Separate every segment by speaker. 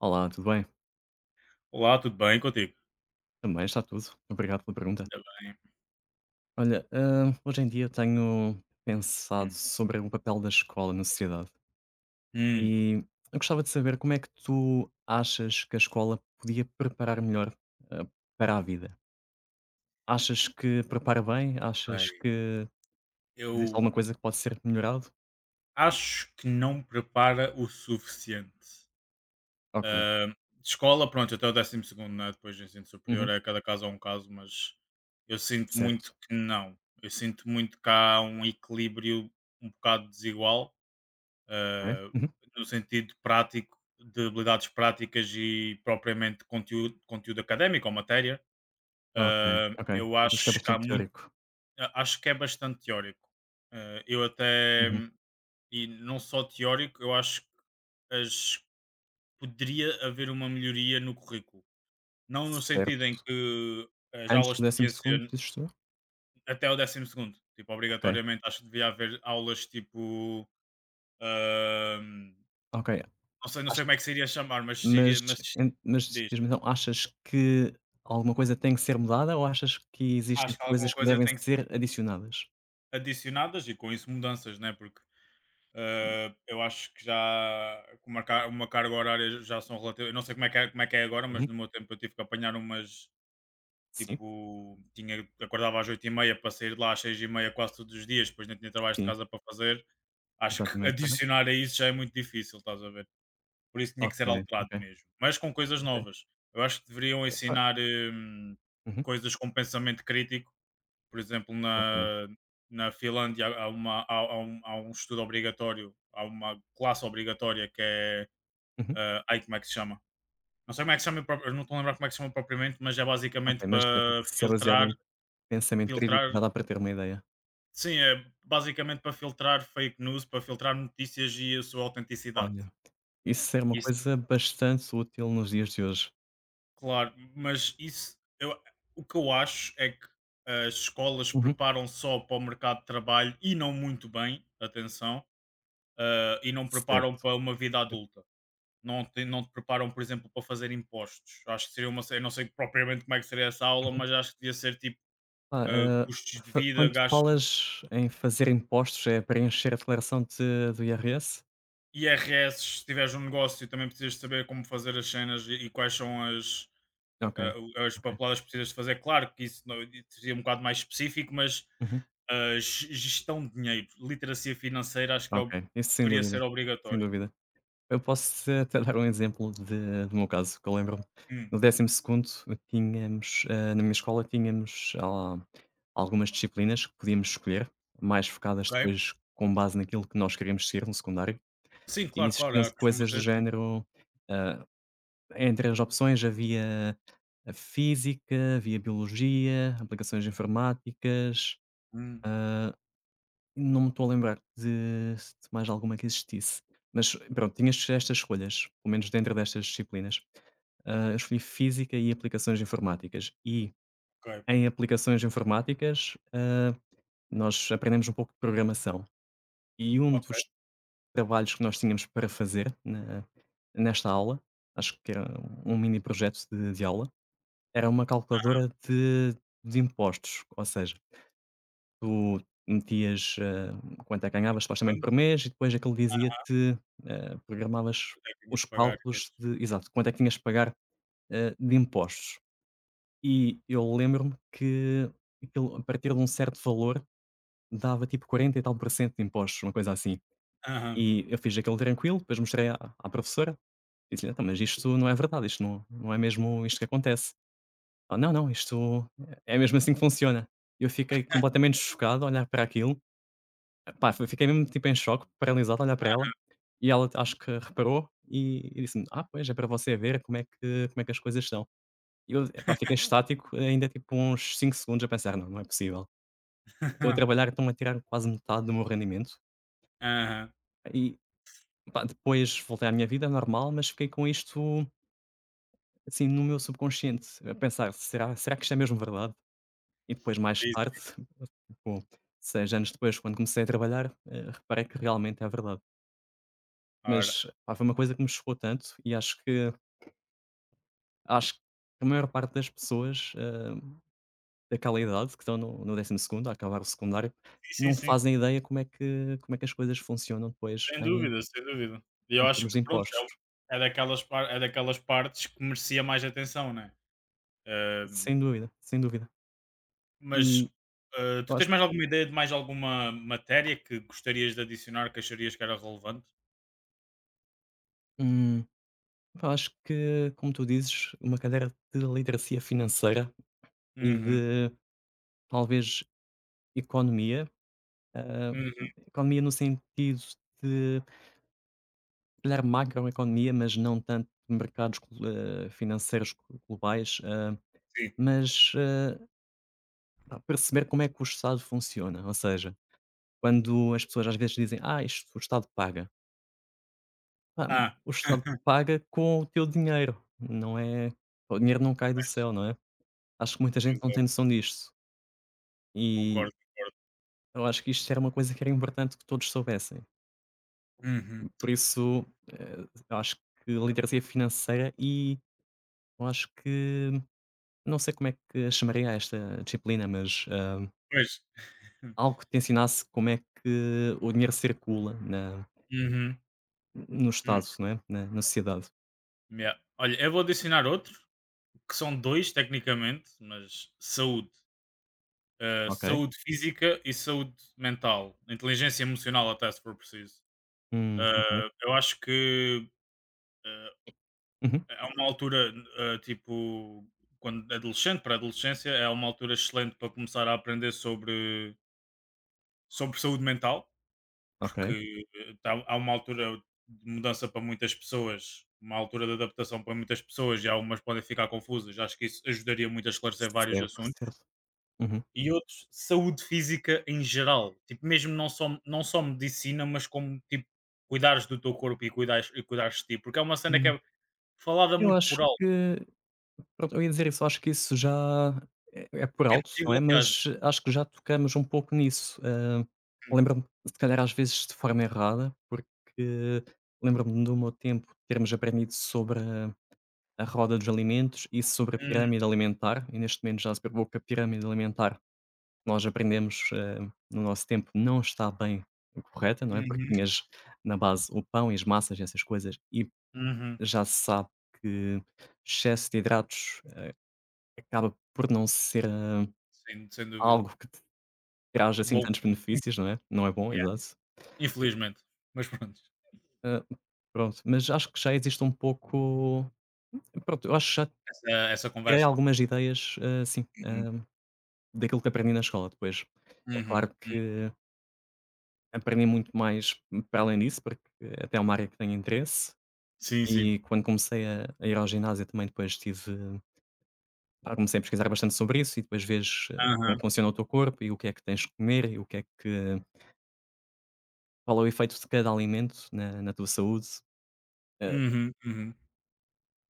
Speaker 1: Olá, tudo bem?
Speaker 2: Olá, tudo bem contigo?
Speaker 1: Também está tudo. Obrigado pela pergunta.
Speaker 2: Ainda bem.
Speaker 1: Olha, hoje em dia tenho pensado
Speaker 2: Hum,
Speaker 1: sobre o papel da escola na sociedade
Speaker 2: hum,
Speaker 1: e eu gostava de saber como é que tu achas que a escola podia preparar melhor, hã, para a vida? Achas que prepara bem?
Speaker 2: Bem.
Speaker 1: Achas que existe alguma
Speaker 2: Eu
Speaker 1: coisa que pode ser melhorado?
Speaker 2: acho que não prepara o suficiente.
Speaker 1: Ok.
Speaker 2: Ah, de escola, pronto, até o décimo segundo, né? Depois do ensino superior,
Speaker 1: Uhum.
Speaker 2: é cada caso é um caso, mas eu sinto
Speaker 1: Certo.
Speaker 2: muito que não. Eu sinto muito que há um equilíbrio um bocado desigual,
Speaker 1: Ok.
Speaker 2: ah,
Speaker 1: Uhum.
Speaker 2: no sentido prático, de habilidades práticas e propriamente conteúdo, conteúdo académico ou matéria.
Speaker 1: Ok,
Speaker 2: Ah,
Speaker 1: ok.
Speaker 2: eu
Speaker 1: Achas que é
Speaker 2: acho que há
Speaker 1: bastante
Speaker 2: muito.
Speaker 1: teórico.
Speaker 2: Acho que é bastante teórico. Eu até,
Speaker 1: Uhum.
Speaker 2: e não só teórico, eu acho que as- poderia haver uma melhoria no currículo. Não no
Speaker 1: Certo.
Speaker 2: sentido em que as
Speaker 1: Antes
Speaker 2: aulas
Speaker 1: do
Speaker 2: de
Speaker 1: décimo
Speaker 2: ciência
Speaker 1: segundo, dizes tu?
Speaker 2: até o décimo segundo. Tipo,
Speaker 1: Ok,
Speaker 2: obrigatoriamente acho que devia haver aulas tipo. ahm,
Speaker 1: ok.
Speaker 2: não sei como é que seria chamar, mas
Speaker 1: Mas
Speaker 2: seria. Mas
Speaker 1: en mas
Speaker 2: diz,
Speaker 1: diz-me então, achas que alguma coisa tem que ser mudada ou achas que existem
Speaker 2: acho que alguma
Speaker 1: coisas que
Speaker 2: coisa
Speaker 1: devem
Speaker 2: tem que ser
Speaker 1: ser adicionadas?
Speaker 2: adicionadas e com isso mudanças, né? Porque eu acho que já com uma carga horária já são relativas. Eu não sei como é que é agora, mas
Speaker 1: Uhum.
Speaker 2: no meu tempo eu tive que apanhar umas.
Speaker 1: Sim,
Speaker 2: Tipo, tinha, acordava às oito e meia para sair de lá às 6h30 quase todos os dias, depois não tinha trabalho de
Speaker 1: sim,
Speaker 2: casa para fazer. Acho que
Speaker 1: exatamente. Aham.
Speaker 2: adicionar a isso já é muito difícil, estás a ver? Por isso tinha que
Speaker 1: Ok,
Speaker 2: ser alterado
Speaker 1: ok,
Speaker 2: mesmo. Mas com coisas
Speaker 1: ok.
Speaker 2: novas. Eu acho que deveriam
Speaker 1: Ah,
Speaker 2: ensinar
Speaker 1: uhum.
Speaker 2: coisas com pensamento crítico, por exemplo,
Speaker 1: Ok,
Speaker 2: na, na Finlândia há, uma, há, há um estudo obrigatório, há uma classe obrigatória que é.
Speaker 1: uhum.
Speaker 2: Ai, como é que se chama? Não sei como é que se chama, eu não estou a lembrar como é que se chama propriamente, mas é
Speaker 1: Ok,
Speaker 2: basicamente
Speaker 1: mas
Speaker 2: para
Speaker 1: se é baseado
Speaker 2: filtrar,
Speaker 1: em pensamento crítico
Speaker 2: filtrar.
Speaker 1: já dá para ter uma ideia.
Speaker 2: Sim, é basicamente para filtrar fake news, para filtrar notícias e a sua autenticidade.
Speaker 1: Olha, isso é uma
Speaker 2: Isso,
Speaker 1: coisa bastante útil nos dias de hoje.
Speaker 2: claro, mas isso. O que eu acho é que as escolas
Speaker 1: Uhum.
Speaker 2: preparam só para o mercado de trabalho e não muito bem, atenção, ah, e não preparam
Speaker 1: Certo,
Speaker 2: para uma vida
Speaker 1: certo.
Speaker 2: adulta. Não te preparam, por exemplo, para fazer impostos. Acho que seria uma. Eu não sei propriamente como é que seria essa aula,
Speaker 1: Uhum.
Speaker 2: mas acho que devia ser tipo
Speaker 1: Ah,
Speaker 2: ah,
Speaker 1: hã,
Speaker 2: custos de
Speaker 1: fa
Speaker 2: vida,
Speaker 1: quando
Speaker 2: gastos,
Speaker 1: falas em fazer impostos, é preencher a declaração de do IRS?
Speaker 2: IRS. Se tiveres um negócio, também precisas de saber como fazer as cenas e quais são as,
Speaker 1: Ok,
Speaker 2: ah, as
Speaker 1: ok.
Speaker 2: papeladas que precisas de fazer. Claro que isso não, seria um bocado mais específico, mas
Speaker 1: Uhum.
Speaker 2: ah, gestão de dinheiro, literacia financeira, acho que
Speaker 1: Ok, isso sem
Speaker 2: deveria
Speaker 1: dúvida,
Speaker 2: ser
Speaker 1: sem
Speaker 2: obrigatório.
Speaker 1: dúvida. Eu posso até dar um exemplo de do meu caso, que eu lembro-me.
Speaker 2: Hum,
Speaker 1: No décimo segundo tínhamos, na minha escola tínhamos, algumas disciplinas que podíamos escolher, mais focadas
Speaker 2: ok.
Speaker 1: depois com base naquilo que nós queríamos ser no secundário,
Speaker 2: Sim,
Speaker 1: e
Speaker 2: claro, claro,
Speaker 1: existiam
Speaker 2: é, costuma
Speaker 1: coisas
Speaker 2: ser
Speaker 1: do
Speaker 2: assim.
Speaker 1: género, ah, entre as opções havia a física, havia biologia, aplicações informáticas,
Speaker 2: Hum,
Speaker 1: ah, não me estou a lembrar de mais alguma que existisse, mas pronto, tinha estes estas escolhas, pelo menos dentro destas disciplinas. Eu escolhi Física e Aplicações Informáticas e
Speaker 2: ok.
Speaker 1: em Aplicações Informáticas, nós aprendemos um pouco de programação e um
Speaker 2: Ok,
Speaker 1: dos trabalhos que nós tínhamos para fazer na nesta aula, acho que era um mini projeto de aula, era uma calculadora de impostos, ou seja tu metias, quanto é que ganhavas supostamente
Speaker 2: portanto,
Speaker 1: por mês e depois aquele dizia-te, programavas
Speaker 2: quanto é tinhas
Speaker 1: os
Speaker 2: de pagar e o quê?
Speaker 1: cálculos de exato, quanto é que tinhas que pagar, de impostos. E eu lembro-me que aquilo a partir de um certo valor dava tipo 40 e tal por cento de impostos, uma coisa assim.
Speaker 2: Aham.
Speaker 1: E eu fiz aquilo tranquilo, depois mostrei à professora, disse-lhe: "Então, mas isto não é verdade, isto não é mesmo isto que acontece". Ela: "Não, não, isto é mesmo assim que funciona". Eu fiquei completamente chocado a olhar para aquilo. Pá, fi fiquei mesmo, tipo, em choque, paralisado, a olhar para ela, e ela acho que reparou e disse-me: "Ah, pois, é para você ver como é que as coisas são". E eu, epá, fiquei estático ainda, tipo, uns 5 segundos a pensar: "Não, não é possível. Estou a trabalhar, estão a tirar quase metade do meu rendimento".
Speaker 2: Aham.
Speaker 1: E, pá, depois voltei à minha vida normal, mas fiquei com isto, assim, no meu subconsciente, a pensar: Será que isto é mesmo verdade?". E depois mais
Speaker 2: Sim,
Speaker 1: tarde,
Speaker 2: sim.
Speaker 1: tipo, seis anos depois, quando comecei a trabalhar, reparei que realmente é verdade.
Speaker 2: Ora,
Speaker 1: Mas, pá, foi uma coisa que me chocou tanto e acho que acho que a maior parte das pessoas, daquela idade que estão no 12º a acabar o secundário,
Speaker 2: sim, sim,
Speaker 1: não
Speaker 2: sim.
Speaker 1: fazem ideia como é que as coisas funcionam depois
Speaker 2: Sem
Speaker 1: em
Speaker 2: dúvida, sem dúvida. E eu acho
Speaker 1: termos
Speaker 2: que
Speaker 1: de
Speaker 2: pronto, é
Speaker 1: impostos.
Speaker 2: o é daquelas par é daquelas partes que merecia mais atenção, né? Hã,
Speaker 1: Sem dúvida, sem dúvida. E
Speaker 2: mas, Tu
Speaker 1: eu
Speaker 2: tens
Speaker 1: acho
Speaker 2: mais alguma ideia de mais alguma matéria que gostarias de adicionar, que acharias que era relevante?
Speaker 1: hum, pá, acho que, como tu dizes, uma cadeira de literacia financeira e
Speaker 2: Uhum,
Speaker 1: de talvez economia, hã,
Speaker 2: uhum,
Speaker 1: economia no sentido de calhar macroeconomia, mas não tanto mercados financeiros globais,
Speaker 2: sim.
Speaker 1: mas pá, perceber como é que o Estado funciona. Ou seja, quando as pessoas às vezes dizem, ah, isto o Estado paga. Pá,
Speaker 2: Ah.
Speaker 1: o Estado paga com o teu dinheiro, não é? O dinheiro não cai do
Speaker 2: Pois,
Speaker 1: céu, não é? Acho que muita gente não tem
Speaker 2: exato.
Speaker 1: noção disto. E
Speaker 2: Concordo, concordo.
Speaker 1: eu acho que isto era uma coisa que era importante que todos soubessem.
Speaker 2: Uhum.
Speaker 1: Por isso, eu acho que literacia financeira e eu acho que não sei como é que chamaria esta disciplina, mas,
Speaker 2: Pois.
Speaker 1: algo que te ensinasse como é que o dinheiro circula na
Speaker 2: Uhum,
Speaker 1: no
Speaker 2: hum,
Speaker 1: Estado, não é, na sociedade.
Speaker 2: yeah. Olha, eu vou adicionar outro que são 2 tecnicamente, mas saúde. Ah,
Speaker 1: Ok.
Speaker 2: saúde física e saúde mental, inteligência emocional até se for preciso.
Speaker 1: Ok.
Speaker 2: Ah, eu acho que, ah,
Speaker 1: Uhum.
Speaker 2: é uma altura, ah, tipo, quando adolescente para a adolescência, é uma altura excelente para começar a aprender sobre saúde mental,
Speaker 1: Ok.
Speaker 2: porque tá há uma altura de mudança para muitas pessoas, uma altura de adaptação para muitas pessoas e algumas podem ficar confusas. Acho que isso ajudaria muito a esclarecer vários
Speaker 1: Certo,
Speaker 2: assuntos.
Speaker 1: certo. Uhum.
Speaker 2: E outros, saúde física em geral, tipo mesmo não só medicina, mas como tipo cuidares do teu corpo e cuidares de ti, porque é uma cena que
Speaker 1: Hum,
Speaker 2: é falada
Speaker 1: eu
Speaker 2: muito
Speaker 1: acho
Speaker 2: por alto,
Speaker 1: que pronto, eu ia dizer isso, acho que isso já é por
Speaker 2: é
Speaker 1: alto, não
Speaker 2: possível
Speaker 1: é,
Speaker 2: que haja.
Speaker 1: mas acho que já tocamos um pouco nisso.
Speaker 2: Hum,
Speaker 1: Lembro-me, se calhar às vezes de forma errada, porque lembro-me no meu tempo termos aprendido sobre a roda dos alimentos e sobre a
Speaker 2: hum,
Speaker 1: pirâmide alimentar, e neste momento já se provou que a pirâmide alimentar, nós aprendemos, no nosso tempo, não está bem correta, não é, porque
Speaker 2: uhum,
Speaker 1: tinhas na base o pão e as massas e essas coisas, e
Speaker 2: uhum.
Speaker 1: já se sabe que excesso de hidratos acaba por não ser,
Speaker 2: Sim, sem dúvida.
Speaker 1: algo que te traz assim
Speaker 2: Bom,
Speaker 1: tantos benefícios, não é? Não é bom,
Speaker 2: yeah,
Speaker 1: exato.
Speaker 2: infelizmente, mas pronto,
Speaker 1: Hã, pronto, mas acho que já existe um pouco pronto, eu acho que já
Speaker 2: essa
Speaker 1: tirei
Speaker 2: conversa.
Speaker 1: algumas ideias, assim,
Speaker 2: Uhum,
Speaker 1: daquilo que aprendi na escola depois. É
Speaker 2: uhum,
Speaker 1: claro
Speaker 2: hum.
Speaker 1: que aprendi muito mais para além disso, porque até é uma área que tenho interesse
Speaker 2: Sim, sim.
Speaker 1: e quando comecei a ir ao ginásio também depois tive pá, comecei a pesquisar bastante sobre isso e depois vês, como é
Speaker 2: Aham.
Speaker 1: que funciona o teu corpo e o que é que tens que comer e o que é que qual é o efeito de cada alimento na tua saúde, eh,
Speaker 2: Uhum, uhum.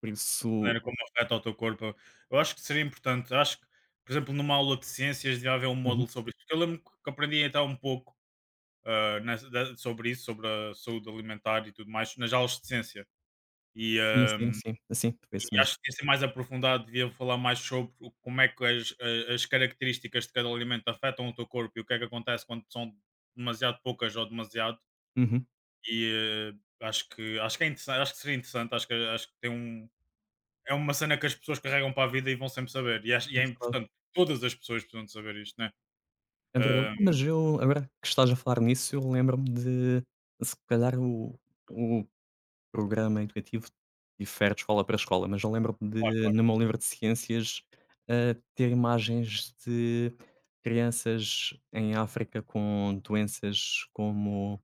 Speaker 1: por isso
Speaker 2: Maneira como afeta o teu corpo. Eu acho que seria importante. Acho que, por exemplo, numa aula de ciências devia haver um
Speaker 1: uhum.
Speaker 2: módulo sobre isso. Porque eu lembro que aprendi até um pouco ah, sobre isso, sobre a saúde alimentar e tudo mais, nas aulas de ciência. E,
Speaker 1: Sim,
Speaker 2: ah,
Speaker 1: sim, sim, assim foi isso
Speaker 2: e
Speaker 1: mesmo.
Speaker 2: acho que devia ser mais aprofundado, devia falar mais sobre como é que as características de cada alimento afetam o teu corpo e o que é que acontece quando são demasiado poucas ou demasiado.
Speaker 1: Uhum.
Speaker 2: E ah, acho que é interessante, acho que seria interessante, acho que tem um, é uma cena que as pessoas carregam para a vida e vão sempre saber. E,
Speaker 1: É
Speaker 2: é
Speaker 1: verdade,
Speaker 2: importante, todas as pessoas precisam de saber isto, né?
Speaker 1: é verdade.
Speaker 2: Ah,
Speaker 1: Ah, mas eu agora que estás a falar nisso, eu lembro-me de se calhar o programa educativo difere de escola para escola, mas eu lembro-me de,
Speaker 2: claro.
Speaker 1: no meu livro de ciências, ter imagens de crianças em África com doenças como,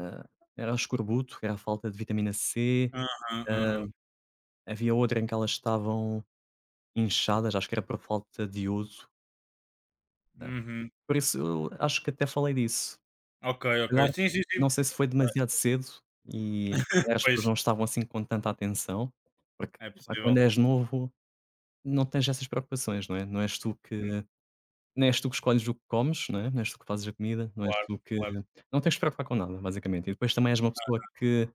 Speaker 1: ah, era o escorbuto, era a falta de vitamina C,
Speaker 2: Aham,
Speaker 1: ah,
Speaker 2: aham.
Speaker 1: havia outra em que elas estavam inchadas, acho que era por falta de iodo.
Speaker 2: Uhum.
Speaker 1: Por isso eu acho que até falei disso.
Speaker 2: Ok,
Speaker 1: Se calhar,
Speaker 2: ok. Sim, sim, sim.
Speaker 1: não sei se foi demasiado cedo e se calhar as pessoas
Speaker 2: Pois
Speaker 1: não estavam assim com tanta atenção, porque,
Speaker 2: é
Speaker 1: epá, quando
Speaker 2: possível.
Speaker 1: és novo não tens essas preocupações, não é? Não és tu
Speaker 2: Hum,
Speaker 1: que escolhes o que comes, não é? Não és tu que fazes a comida, não és
Speaker 2: Claro,
Speaker 1: tu que
Speaker 2: claro.
Speaker 1: não tens que te preocupar com nada, basicamente. E depois também és uma pessoa que,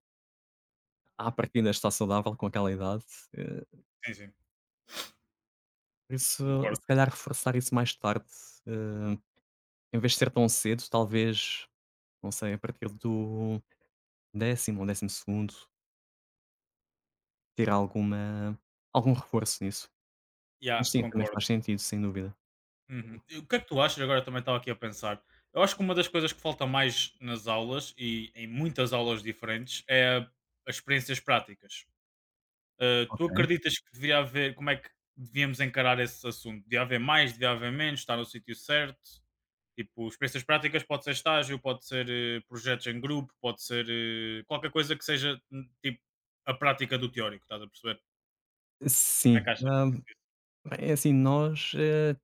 Speaker 1: à partida, está saudável com aquela idade, eh,
Speaker 2: Sim, sim.
Speaker 1: por isso,
Speaker 2: Concordo.
Speaker 1: se calhar, reforçar isso mais tarde, eh, em vez de ser tão cedo, talvez, não sei, a partir do décimo ou décimo segundo ter alguma algum reforço nisso. Mas
Speaker 2: Yeah,
Speaker 1: sim, também
Speaker 2: concordo.
Speaker 1: faz sentido, sem dúvida.
Speaker 2: Uhum. E o que é que tu achas? Agora também estava aqui a pensar. Eu acho que uma das coisas que falta mais nas aulas e em muitas aulas diferentes é as experiências práticas. Tu
Speaker 1: Ok.
Speaker 2: acreditas que devia haver, como é que devíamos encarar esse assunto? Devia haver mais, devia haver menos, estar no sítio certo? Tipo, experiências práticas pode ser estágio, pode ser projetos em grupo, pode ser qualquer coisa que seja tipo a prática do teórico, estás a perceber? Como é
Speaker 1: Sim,
Speaker 2: que achas que isso?
Speaker 1: é assim, nós,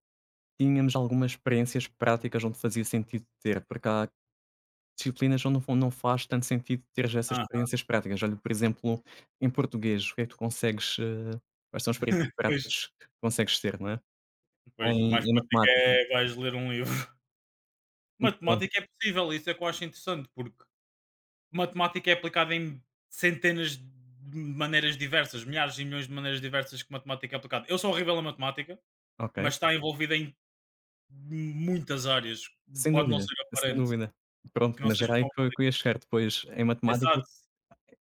Speaker 1: tínhamos algumas experiências práticas onde fazia sentido ter, porque há disciplinas onde não faz tanto sentido ter essas
Speaker 2: Ah,
Speaker 1: experiências práticas. Olha, por exemplo, em português, o que é que tu consegues, quais são as experiências
Speaker 2: pois,
Speaker 1: práticas que consegues ter, não é?
Speaker 2: pois, o mais
Speaker 1: Em
Speaker 2: prático
Speaker 1: matemática,
Speaker 2: é vais ler um livro.
Speaker 1: hum, pronto,
Speaker 2: Matemática é possível, isso é que eu acho interessante, porque matemática é aplicada em centenas de maneiras diversas, milhares e milhões de maneiras diversas que matemática é aplicada. Eu sou horrível a matemática,
Speaker 1: ok,
Speaker 2: mas está envolvida em muitas áreas,
Speaker 1: sem
Speaker 2: pode não
Speaker 1: dúvida,
Speaker 2: ser
Speaker 1: sem
Speaker 2: aparente,
Speaker 1: dúvida. Pronto,
Speaker 2: que não
Speaker 1: mas
Speaker 2: seja
Speaker 1: era
Speaker 2: tão
Speaker 1: aí que eu
Speaker 2: aparente.
Speaker 1: ia chegar depois, em matemática
Speaker 2: Exato,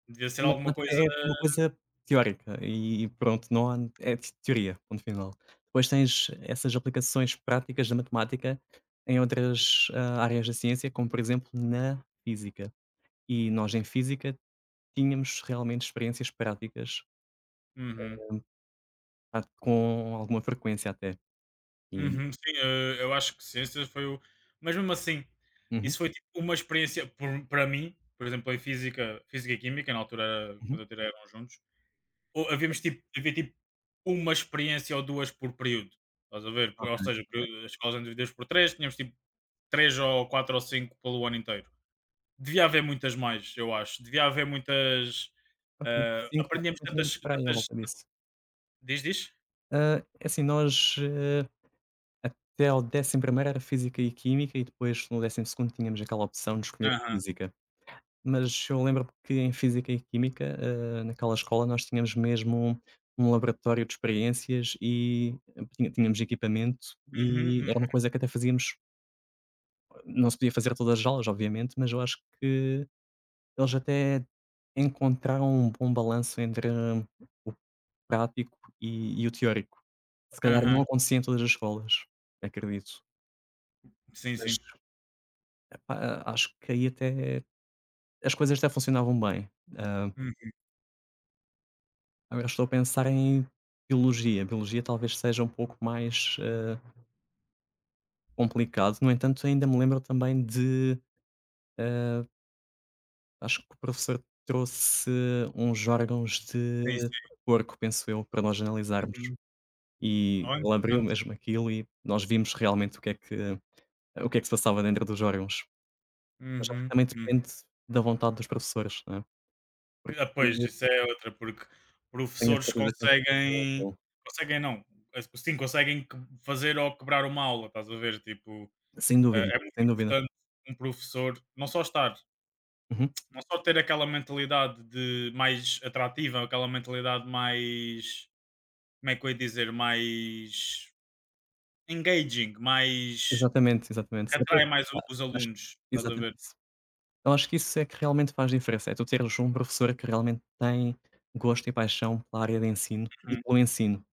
Speaker 2: devia ser
Speaker 1: a
Speaker 2: alguma
Speaker 1: matemática
Speaker 2: coisa
Speaker 1: é uma coisa teórica e pronto, não há é t teoria, ponto final. Depois tens essas aplicações práticas da matemática em outras, áreas da ciência, como por exemplo na física. E nós em física tínhamos realmente experiências práticas
Speaker 2: uhum,
Speaker 1: a com alguma frequência até. E
Speaker 2: uhum, sim, eu acho que ciências foi o mas mesmo assim,
Speaker 1: uhum,
Speaker 2: isso foi tipo uma experiência por para mim, por exemplo, em física e química, na altura era quando
Speaker 1: uhum.
Speaker 2: eu tirei eram juntos, ou havíamos
Speaker 1: Certo,
Speaker 2: tipo havia tipo uma experiência ou 2 por período, estás a ver?
Speaker 1: ok,
Speaker 2: Ou seja,
Speaker 1: ok,
Speaker 2: as escolas eram divididas por três, tínhamos tipo 3 ou 4 ou 5 pelo ano inteiro. Devia haver muitas mais, eu acho. Devia haver muitas,
Speaker 1: ok.
Speaker 2: ah,
Speaker 1: cinco nós
Speaker 2: aprendíamos
Speaker 1: também tínhamos
Speaker 2: tantas
Speaker 1: para aí à
Speaker 2: tantas
Speaker 1: volta disso.
Speaker 2: diz, diz?
Speaker 1: Ah, é assim, nós, até ao décimo primeiro era Física e Química e depois no décimo segundo tínhamos aquela opção de escolher
Speaker 2: Aham.
Speaker 1: Física. Mas eu lembro que em Física e Química, naquela escola nós tínhamos mesmo um laboratório de experiências e eh, tinha tínhamos equipamento
Speaker 2: Uhum,
Speaker 1: e
Speaker 2: uhum.
Speaker 1: era uma coisa que até fazíamos não se podia fazer todas as aulas, obviamente, mas eu acho que eles até encontraram um bom balanço entre o prático e o teórico. Se calhar não
Speaker 2: Aham.
Speaker 1: acontecia em todas as escolas, acredito,
Speaker 2: Sim,
Speaker 1: mas
Speaker 2: sim.
Speaker 1: Acho que aí até as coisas até funcionavam bem. Ah,
Speaker 2: Uhum.
Speaker 1: agora estou a pensar em biologia. Biologia talvez seja um pouco mais, complicado. No entanto, ainda me lembro também de, ah, acho que o professor trouxe uns órgãos de
Speaker 2: Sim, sim.
Speaker 1: porco, penso eu, para nós analisarmos.
Speaker 2: Uhum.
Speaker 1: E
Speaker 2: Olha,
Speaker 1: ele abriu
Speaker 2: interessante.
Speaker 1: mesmo aquilo e nós vimos realmente o que é que se passava dentro dos órgãos. Mas acho que
Speaker 2: Uhum,
Speaker 1: também
Speaker 2: hum.
Speaker 1: depende da vontade dos professores, não é? Porque
Speaker 2: Ah, pois, isso é outra, porque
Speaker 1: tenho a
Speaker 2: professores
Speaker 1: certeza que não todos faziam
Speaker 2: conseguem
Speaker 1: aquilo.
Speaker 2: conseguem não, sim, conseguem que fazer ou quebrar uma aula, estás a ver? Tipo,
Speaker 1: Sem
Speaker 2: ah,
Speaker 1: dúvida,
Speaker 2: é muito
Speaker 1: sem dúvida.
Speaker 2: importante um professor não só estar,
Speaker 1: Uhum.
Speaker 2: não só ter aquela mentalidade de mais atrativa, aquela mentalidade mais, como é que eu ia dizer, mais engaging, mais
Speaker 1: Exatamente, exatamente.
Speaker 2: que
Speaker 1: Saber-
Speaker 2: atrai mais o
Speaker 1: Ah,
Speaker 2: os
Speaker 1: mas
Speaker 2: alunos, estás a ver?
Speaker 1: exatamente. Eu acho que isso é que realmente faz diferença, é tu teres um professor que realmente tem gosto e paixão pela área de ensino e
Speaker 2: Uhum.
Speaker 1: pelo ensino.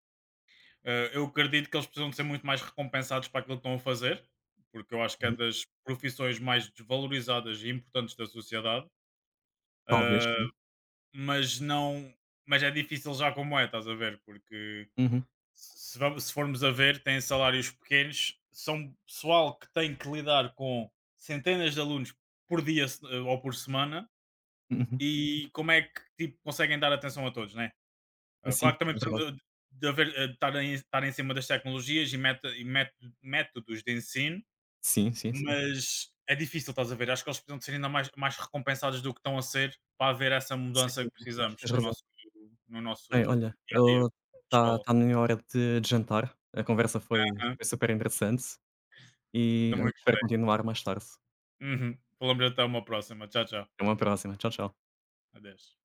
Speaker 2: Eu acredito que eles precisam de ser muito mais recompensados para aquilo que estão a fazer, porque eu acho que é
Speaker 1: Uhum.
Speaker 2: das profissões mais desvalorizadas e importantes da sociedade,
Speaker 1: Talvez
Speaker 2: eh,
Speaker 1: sim.
Speaker 2: mas não é difícil já como é, estás a ver? Porque
Speaker 1: Uhum,
Speaker 2: se se se formos a ver, têm salários pequenos, são pessoal que tem que lidar com centenas de alunos por dia se ou por semana.
Speaker 1: uhum.
Speaker 2: E como é que, tipo, conseguem dar atenção a todos, né? Ah,
Speaker 1: Mas
Speaker 2: claro
Speaker 1: sim,
Speaker 2: que também
Speaker 1: é verdade.
Speaker 2: precisam de haver, de estarem em cima das tecnologias e meta e meto métodos de ensino,
Speaker 1: Sim, sim, sim.
Speaker 2: mas é difícil, estás a ver? Acho que eles precisam de ser ainda mais recompensados do que estão a ser, para haver essa
Speaker 1: Sem
Speaker 2: mudança que
Speaker 1: dúvida, acho que
Speaker 2: precisamos
Speaker 1: tens
Speaker 2: no
Speaker 1: razão.
Speaker 2: nosso no nosso
Speaker 1: Bem, olha,
Speaker 2: dia a dia,
Speaker 1: está tá
Speaker 2: escola.
Speaker 1: tá na minha hora de jantar, a conversa foi
Speaker 2: Aham,
Speaker 1: super interessante e,
Speaker 2: também
Speaker 1: olha, espero
Speaker 2: gostei.
Speaker 1: continuar mais tarde.
Speaker 2: Uhum. Vou lembrar até uma próxima. Tchau, tchau.
Speaker 1: Até uma próxima. Tchau, tchau.
Speaker 2: Adeus.